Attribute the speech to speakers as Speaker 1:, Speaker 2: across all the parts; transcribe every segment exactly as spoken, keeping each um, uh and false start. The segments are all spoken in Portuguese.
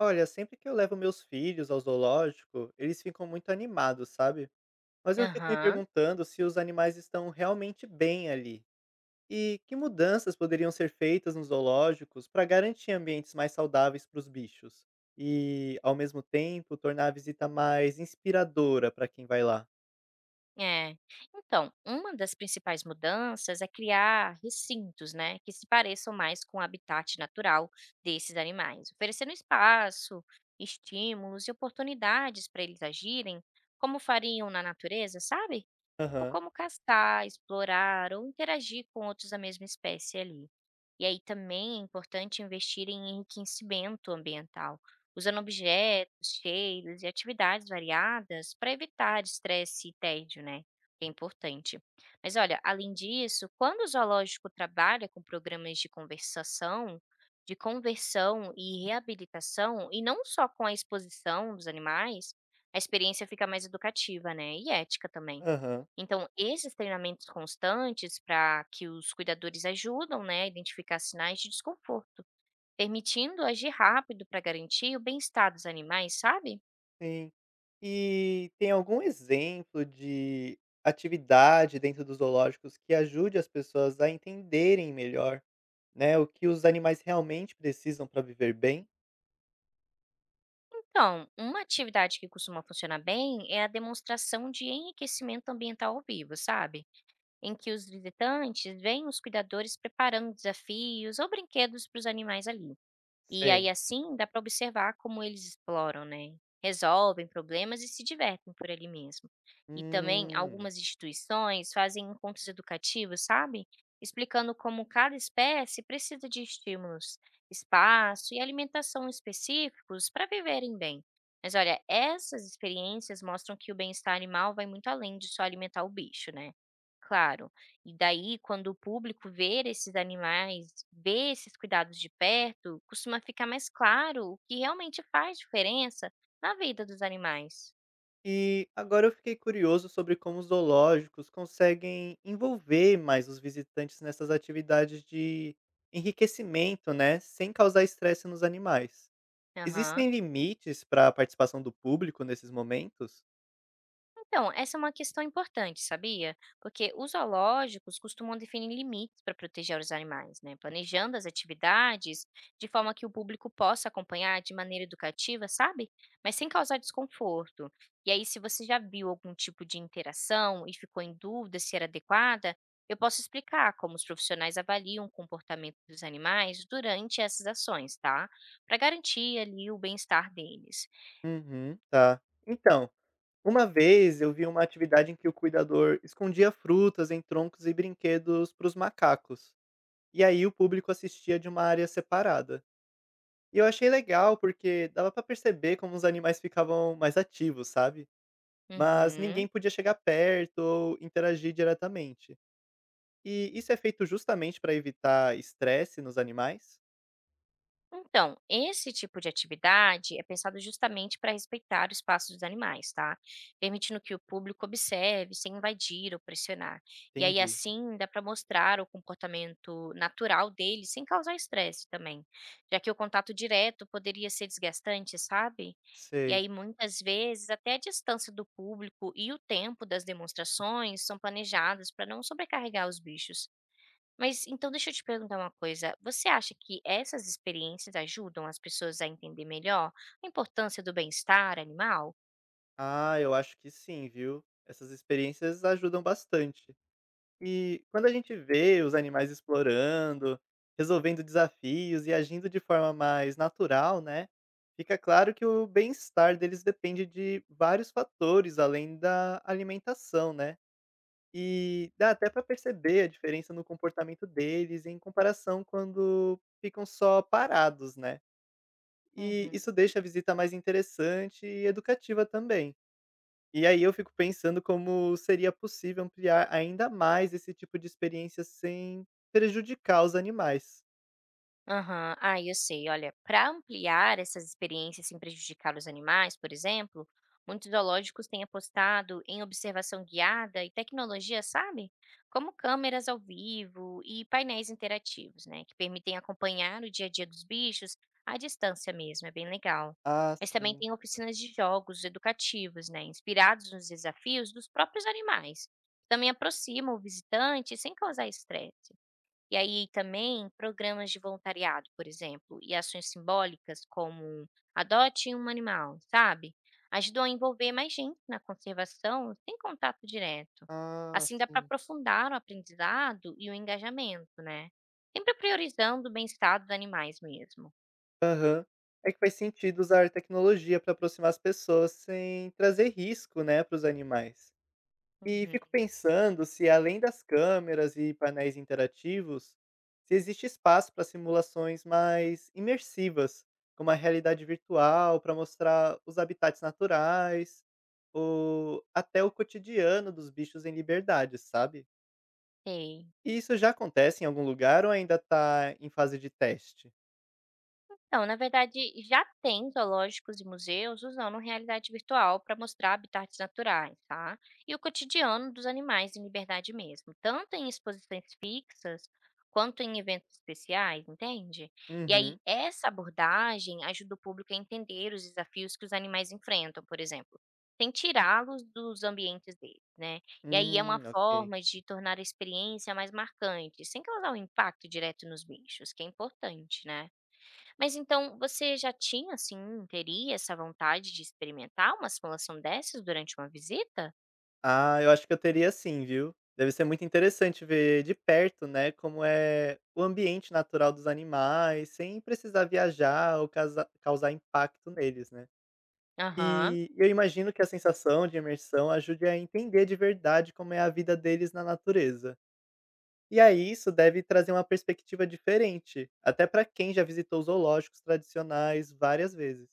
Speaker 1: Olha, sempre que eu levo meus filhos ao zoológico, eles ficam muito animados, sabe? Mas eu fico me
Speaker 2: Aham,
Speaker 1: perguntando se os animais estão realmente bem ali. E que mudanças poderiam ser feitas nos zoológicos para garantir ambientes mais saudáveis para os bichos? E, ao mesmo tempo, tornar a visita mais inspiradora para quem vai lá.
Speaker 2: é. Então, uma das principais mudanças é criar recintos, né, que se pareçam mais com o habitat natural desses animais, oferecendo espaço, estímulos e oportunidades para eles agirem como fariam na natureza, sabe? Tipo,
Speaker 1: Aham,
Speaker 2: como caçar, explorar ou interagir com outros da mesma espécie ali. E aí também é importante investir em enriquecimento ambiental usando objetos, cheiros e atividades variadas para evitar estresse e tédio, né? Que é importante. Mas olha, além disso, quando o zoológico trabalha com programas de conversação, de conversão e reabilitação, e não só com a exposição dos animais, a experiência fica mais educativa, né? E ética também.
Speaker 1: aham,
Speaker 2: Então, esses treinamentos constantes para que os cuidadores ajudam, né, a identificar sinais de desconforto permitindo agir rápido para garantir o bem-estar dos animais, sabe?
Speaker 1: sim. E tem algum exemplo de atividade dentro dos zoológicos que ajude as pessoas a entenderem melhor? Né, o que os animais realmente precisam para viver bem.
Speaker 2: Então, uma atividade que costuma funcionar bem é a demonstração de enriquecimento ambiental ao vivo, sabe? Em que os visitantes veem os cuidadores preparando desafios ou brinquedos para os animais ali. E aí
Speaker 1: Sei.
Speaker 2: assim dá para observar como eles exploram, né, resolvem problemas e se divertem por ali mesmo. E também
Speaker 1: Hum.
Speaker 2: algumas instituições fazem encontros educativos, sabe, explicando como cada espécie precisa de estímulos, espaço e alimentação específicos para viverem bem. Mas olha, essas experiências mostram que o bem-estar animal vai muito além de só alimentar o bicho, né? Claro. E daí, quando o público ver esses animais, ver esses cuidados de perto, costuma ficar mais claro o que realmente faz diferença na vida dos animais.
Speaker 1: E agora eu fiquei curioso sobre como os zoológicos conseguem envolver mais os visitantes nessas atividades de enriquecimento, né, sem causar estresse nos animais.
Speaker 2: Aham.
Speaker 1: Existem limites para a participação do público nesses momentos?
Speaker 2: Então, essa é uma questão importante, sabia? Porque os zoológicos costumam definir limites para proteger os animais, né? Planejando as atividades de forma que o público possa acompanhar de maneira educativa, sabe? Mas sem causar desconforto. E aí, se você já viu algum tipo de interação e ficou em dúvida se era adequada, eu posso explicar como os profissionais avaliam o comportamento dos animais durante essas ações, tá? Para garantir ali o bem-estar deles.
Speaker 1: Uhum, tá. Então, uma vez eu vi uma atividade em que o cuidador escondia frutas em troncos e brinquedos para os macacos. E aí o público assistia de uma área separada. E eu achei legal, porque dava pra perceber como os animais ficavam mais ativos, sabe? Mas
Speaker 2: Uhum.
Speaker 1: ninguém podia chegar perto ou interagir diretamente. E isso é feito justamente para evitar estresse nos animais?
Speaker 2: Então, esse tipo de atividade é pensado justamente para respeitar o espaço dos animais, tá? Permitindo que o público observe sem invadir ou pressionar. E aí,
Speaker 1: Entendi.
Speaker 2: assim, dá para mostrar o comportamento natural deles sem causar estresse também, já que o contato direto poderia ser desgastante, sabe? E
Speaker 1: Sei.
Speaker 2: aí, muitas vezes, até a distância do público e o tempo das demonstrações são planejadas para não sobrecarregar os bichos. Mas então deixa eu te perguntar uma coisa, você acha que essas experiências ajudam as pessoas a entender melhor a importância do bem-estar animal?
Speaker 1: Ah, eu acho que sim, viu? Essas experiências ajudam bastante. E quando a gente vê os animais explorando, resolvendo desafios e agindo de forma mais natural, né? Fica claro que o bem-estar deles depende de vários fatores além da alimentação, né? E dá até para perceber a diferença no comportamento deles em comparação quando ficam só parados, né? E
Speaker 2: Uhum.
Speaker 1: isso deixa a visita mais interessante e educativa também. E aí eu fico pensando como seria possível ampliar ainda mais esse tipo de experiência sem prejudicar os animais.
Speaker 2: Aham, ah, eu sei. Olha, para ampliar essas experiências sem prejudicar os animais, por exemplo, muitos zoológicos têm apostado em observação guiada e tecnologia, sabe? Como câmeras ao vivo e painéis interativos, né? Que permitem acompanhar o dia a dia dos bichos à distância mesmo, é bem legal.
Speaker 1: Ah,
Speaker 2: Mas também
Speaker 1: sim.
Speaker 2: tem oficinas de jogos educativos, né? Inspirados nos desafios dos próprios animais. Também aproximam o visitante sem causar estresse. E aí também programas de voluntariado, por exemplo, e ações simbólicas como um adote um animal, sabe? Ajudam a envolver mais gente na conservação sem contato direto.
Speaker 1: Ah,
Speaker 2: Assim dá para
Speaker 1: sim.
Speaker 2: aprofundar o aprendizado e o engajamento, né? Sempre priorizando o bem-estar dos animais mesmo.
Speaker 1: Aham. É que faz sentido usar tecnologia para aproximar as pessoas sem trazer risco, né, para os animais. E fico
Speaker 2: Uhum.
Speaker 1: pensando se, além das câmeras e painéis interativos, se existe espaço para simulações mais imersivas, como a realidade virtual, para mostrar os habitats naturais, ou até o cotidiano dos bichos em liberdade, sabe?
Speaker 2: Sei.
Speaker 1: E isso já acontece em algum lugar ou ainda está em fase de teste?
Speaker 2: Então, na verdade, já tem zoológicos e museus usando realidade virtual para mostrar habitats naturais, tá? E o cotidiano dos animais em liberdade mesmo, tanto em exposições fixas quanto em eventos especiais, entende? E aí,
Speaker 1: Uhum.
Speaker 2: essa abordagem ajuda o público a entender os desafios que os animais enfrentam, por exemplo, sem tirá-los dos ambientes deles, né? E aí é uma
Speaker 1: Hum, ok.
Speaker 2: forma de tornar a experiência mais marcante, sem causar um impacto direto nos bichos, que é importante, né? Mas então você já tinha, assim, teria essa vontade de experimentar uma simulação dessas durante uma visita?
Speaker 1: Ah, eu acho que eu teria sim, viu. Deve ser muito interessante ver de perto, né, como é o ambiente natural dos animais, sem precisar viajar ou casar causar impacto neles, né.
Speaker 2: Aham,
Speaker 1: E eu imagino que a sensação de imersão ajude a entender de verdade como é a vida deles na natureza. E aí isso deve trazer uma perspectiva diferente, até para quem já visitou zoológicos tradicionais várias vezes.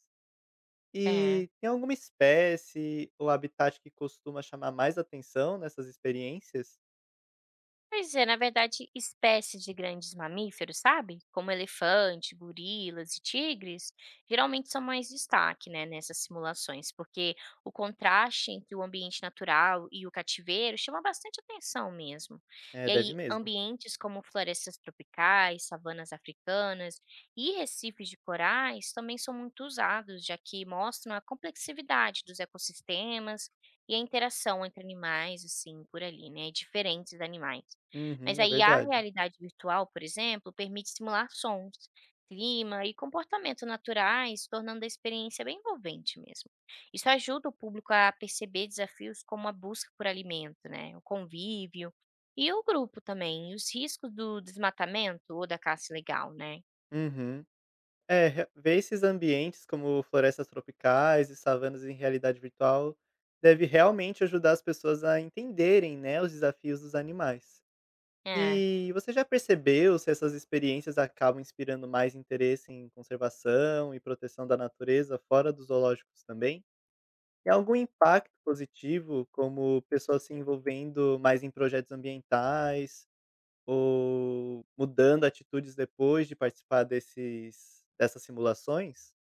Speaker 2: é.
Speaker 1: E tem alguma espécie ou habitat que costuma chamar mais atenção nessas experiências?
Speaker 2: Pois é, na verdade, espécies de grandes mamíferos, sabe? Como elefante, gorilas e tigres, geralmente são mais destaque, né, nessas simulações, porque o contraste entre o ambiente natural e o cativeiro chama bastante atenção mesmo.
Speaker 1: É,
Speaker 2: E aí,
Speaker 1: deve mesmo.
Speaker 2: ambientes como florestas tropicais, savanas africanas e recifes de corais também são muito usados, já que mostram a complexidade dos ecossistemas e a interação entre animais, assim, por ali, né? Diferentes animais. Mas
Speaker 1: Uhum, é
Speaker 2: aí a
Speaker 1: verdade.
Speaker 2: realidade virtual, por exemplo, permite simular sons, clima e comportamento naturais, tornando a experiência bem envolvente mesmo. Isso ajuda o público a perceber desafios como a busca por alimento, né, o convívio e o grupo também, e os riscos do desmatamento ou da caça ilegal, né?
Speaker 1: Uhum. É, re- ver esses ambientes como florestas tropicais e savanas em realidade virtual deve realmente ajudar as pessoas a entenderem, né, os desafios dos animais.
Speaker 2: É.
Speaker 1: E você já percebeu se essas experiências acabam inspirando mais interesse em conservação e proteção da natureza fora dos zoológicos também? E algum impacto positivo, como pessoas se envolvendo mais em projetos ambientais, ou mudando atitudes depois de participar desses dessas simulações?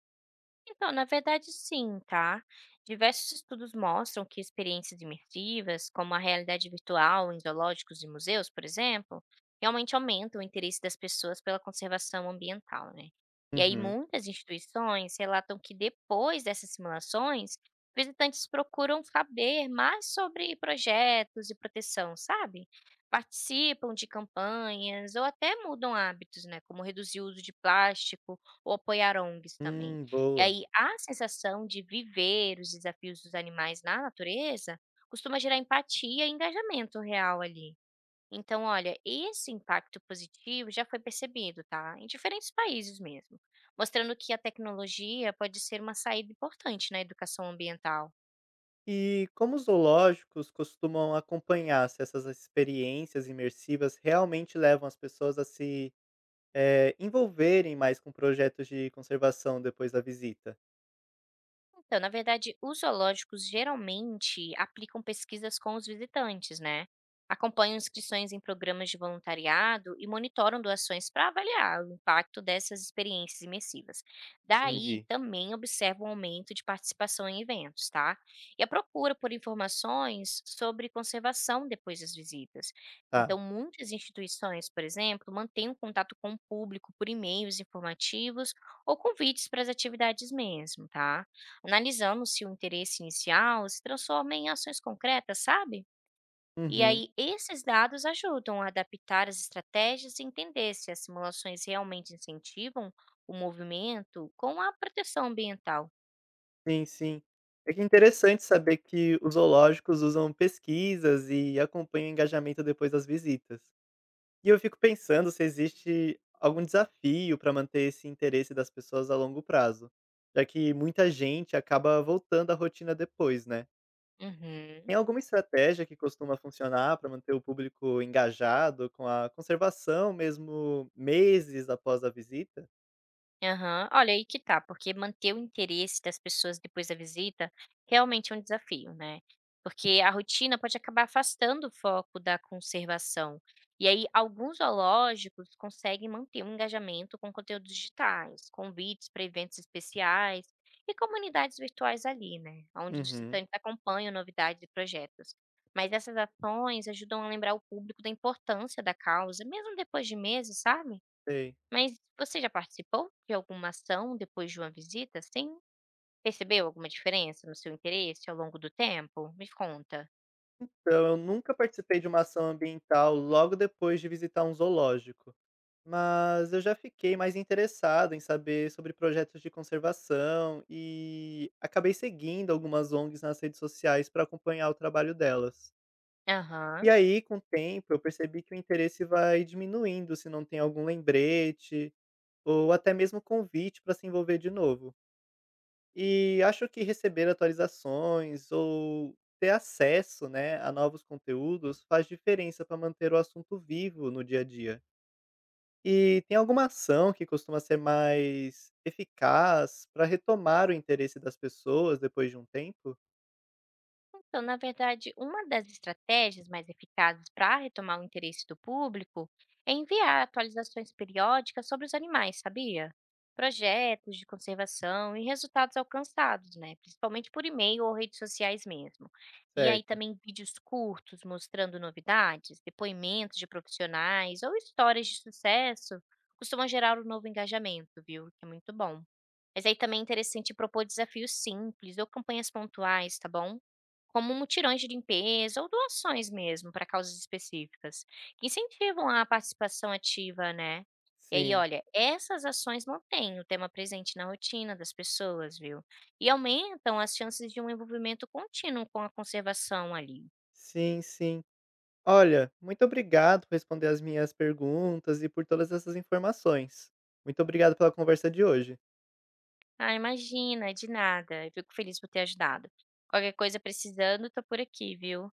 Speaker 2: Então, na verdade, sim, tá? Diversos estudos mostram que experiências imersivas, como a realidade virtual em zoológicos e museus, por exemplo, realmente aumentam o interesse das pessoas pela conservação ambiental, né? E aí,
Speaker 1: Uhum.
Speaker 2: muitas instituições relatam que depois dessas simulações, visitantes procuram saber mais sobre projetos e proteção, sabe? Participam de campanhas ou até mudam hábitos, né? Como reduzir o uso de plástico ou apoiar O N Gs também.
Speaker 1: Hum,
Speaker 2: E
Speaker 1: boa.
Speaker 2: aí a sensação de viver os desafios dos animais na natureza costuma gerar empatia e engajamento real ali. Então, olha, esse impacto positivo já foi percebido, tá? Em diferentes países mesmo, mostrando que a tecnologia pode ser uma saída importante na educação ambiental.
Speaker 1: E como os zoológicos costumam acompanhar se essas experiências imersivas realmente levam as pessoas a se, eh, envolverem mais com projetos de conservação depois da visita?
Speaker 2: Então, na verdade, os zoológicos geralmente aplicam pesquisas com os visitantes, né? Acompanham inscrições em programas de voluntariado e monitoram doações para avaliar o impacto dessas experiências imersivas. Daí,
Speaker 1: Entendi,
Speaker 2: também observam um aumento de participação em eventos, tá? E a procura por informações sobre conservação depois das visitas.
Speaker 1: tá.
Speaker 2: Então, muitas instituições, por exemplo, mantêm um contato com o público por e-mails informativos ou convites para as atividades mesmo, tá? Analisando se o interesse inicial se transforma em ações concretas, sabe? E
Speaker 1: Uhum.
Speaker 2: aí, esses dados ajudam a adaptar as estratégias e entender se as simulações realmente incentivam o movimento com a proteção ambiental.
Speaker 1: Sim, sim. É que é interessante saber que os zoológicos usam pesquisas e acompanham o engajamento depois das visitas. E eu fico pensando se existe algum desafio para manter esse interesse das pessoas a longo prazo, já que muita gente acaba voltando à rotina depois, né?
Speaker 2: Uhum.
Speaker 1: Tem alguma estratégia que costuma funcionar para manter o público engajado com a conservação mesmo meses após a visita?
Speaker 2: Aham. Olha, aí que tá, porque manter o interesse das pessoas depois da visita realmente é um desafio, né? Porque a rotina pode acabar afastando o foco da conservação. E aí, alguns zoológicos conseguem manter um engajamento com conteúdos digitais, convites para eventos especiais e comunidades virtuais ali, né? Onde os
Speaker 1: Uhum,
Speaker 2: visitantes acompanham novidades e projetos. Mas essas ações ajudam a lembrar o público da importância da causa, mesmo depois de meses, sabe?
Speaker 1: sei.
Speaker 2: Mas você já participou de alguma ação depois de uma visita, assim? Percebeu alguma diferença no seu interesse ao longo do tempo? Me conta.
Speaker 1: Então, eu nunca participei de uma ação ambiental logo depois de visitar um zoológico, mas eu já fiquei mais interessado em saber sobre projetos de conservação e acabei seguindo algumas ONGs nas redes sociais para acompanhar o trabalho delas.
Speaker 2: Aham.
Speaker 1: E aí, com o tempo, eu percebi que o interesse vai diminuindo se não tem algum lembrete ou até mesmo convite para se envolver de novo. E acho que receber atualizações ou ter acesso, né, a novos conteúdos faz diferença para manter o assunto vivo no dia a dia. E tem alguma ação que costuma ser mais eficaz para retomar o interesse das pessoas depois de um tempo?
Speaker 2: Então, na verdade, uma das estratégias mais eficazes para retomar o interesse do público é enviar atualizações periódicas sobre os animais, sabia? Projetos de conservação e resultados alcançados, né? Principalmente por e-mail ou redes sociais mesmo. E aí
Speaker 1: Certo.
Speaker 2: também vídeos curtos mostrando novidades, depoimentos de profissionais ou histórias de sucesso costumam gerar um novo engajamento, viu? Que é muito bom. Mas aí também é interessante propor desafios simples ou campanhas pontuais, tá bom? Como mutirões de limpeza ou doações mesmo para causas específicas, que incentivam a participação ativa, né? E aí,
Speaker 1: Sim.
Speaker 2: olha, essas ações mantêm o tema presente na rotina das pessoas, viu? E aumentam as chances de um envolvimento contínuo com a conservação ali.
Speaker 1: Sim, sim. Olha, muito obrigado por responder as minhas perguntas e por todas essas informações. Muito obrigado pela conversa de hoje.
Speaker 2: Ah, imagina, de nada. Eu fico feliz por ter ajudado. Qualquer coisa precisando, tô por aqui, viu?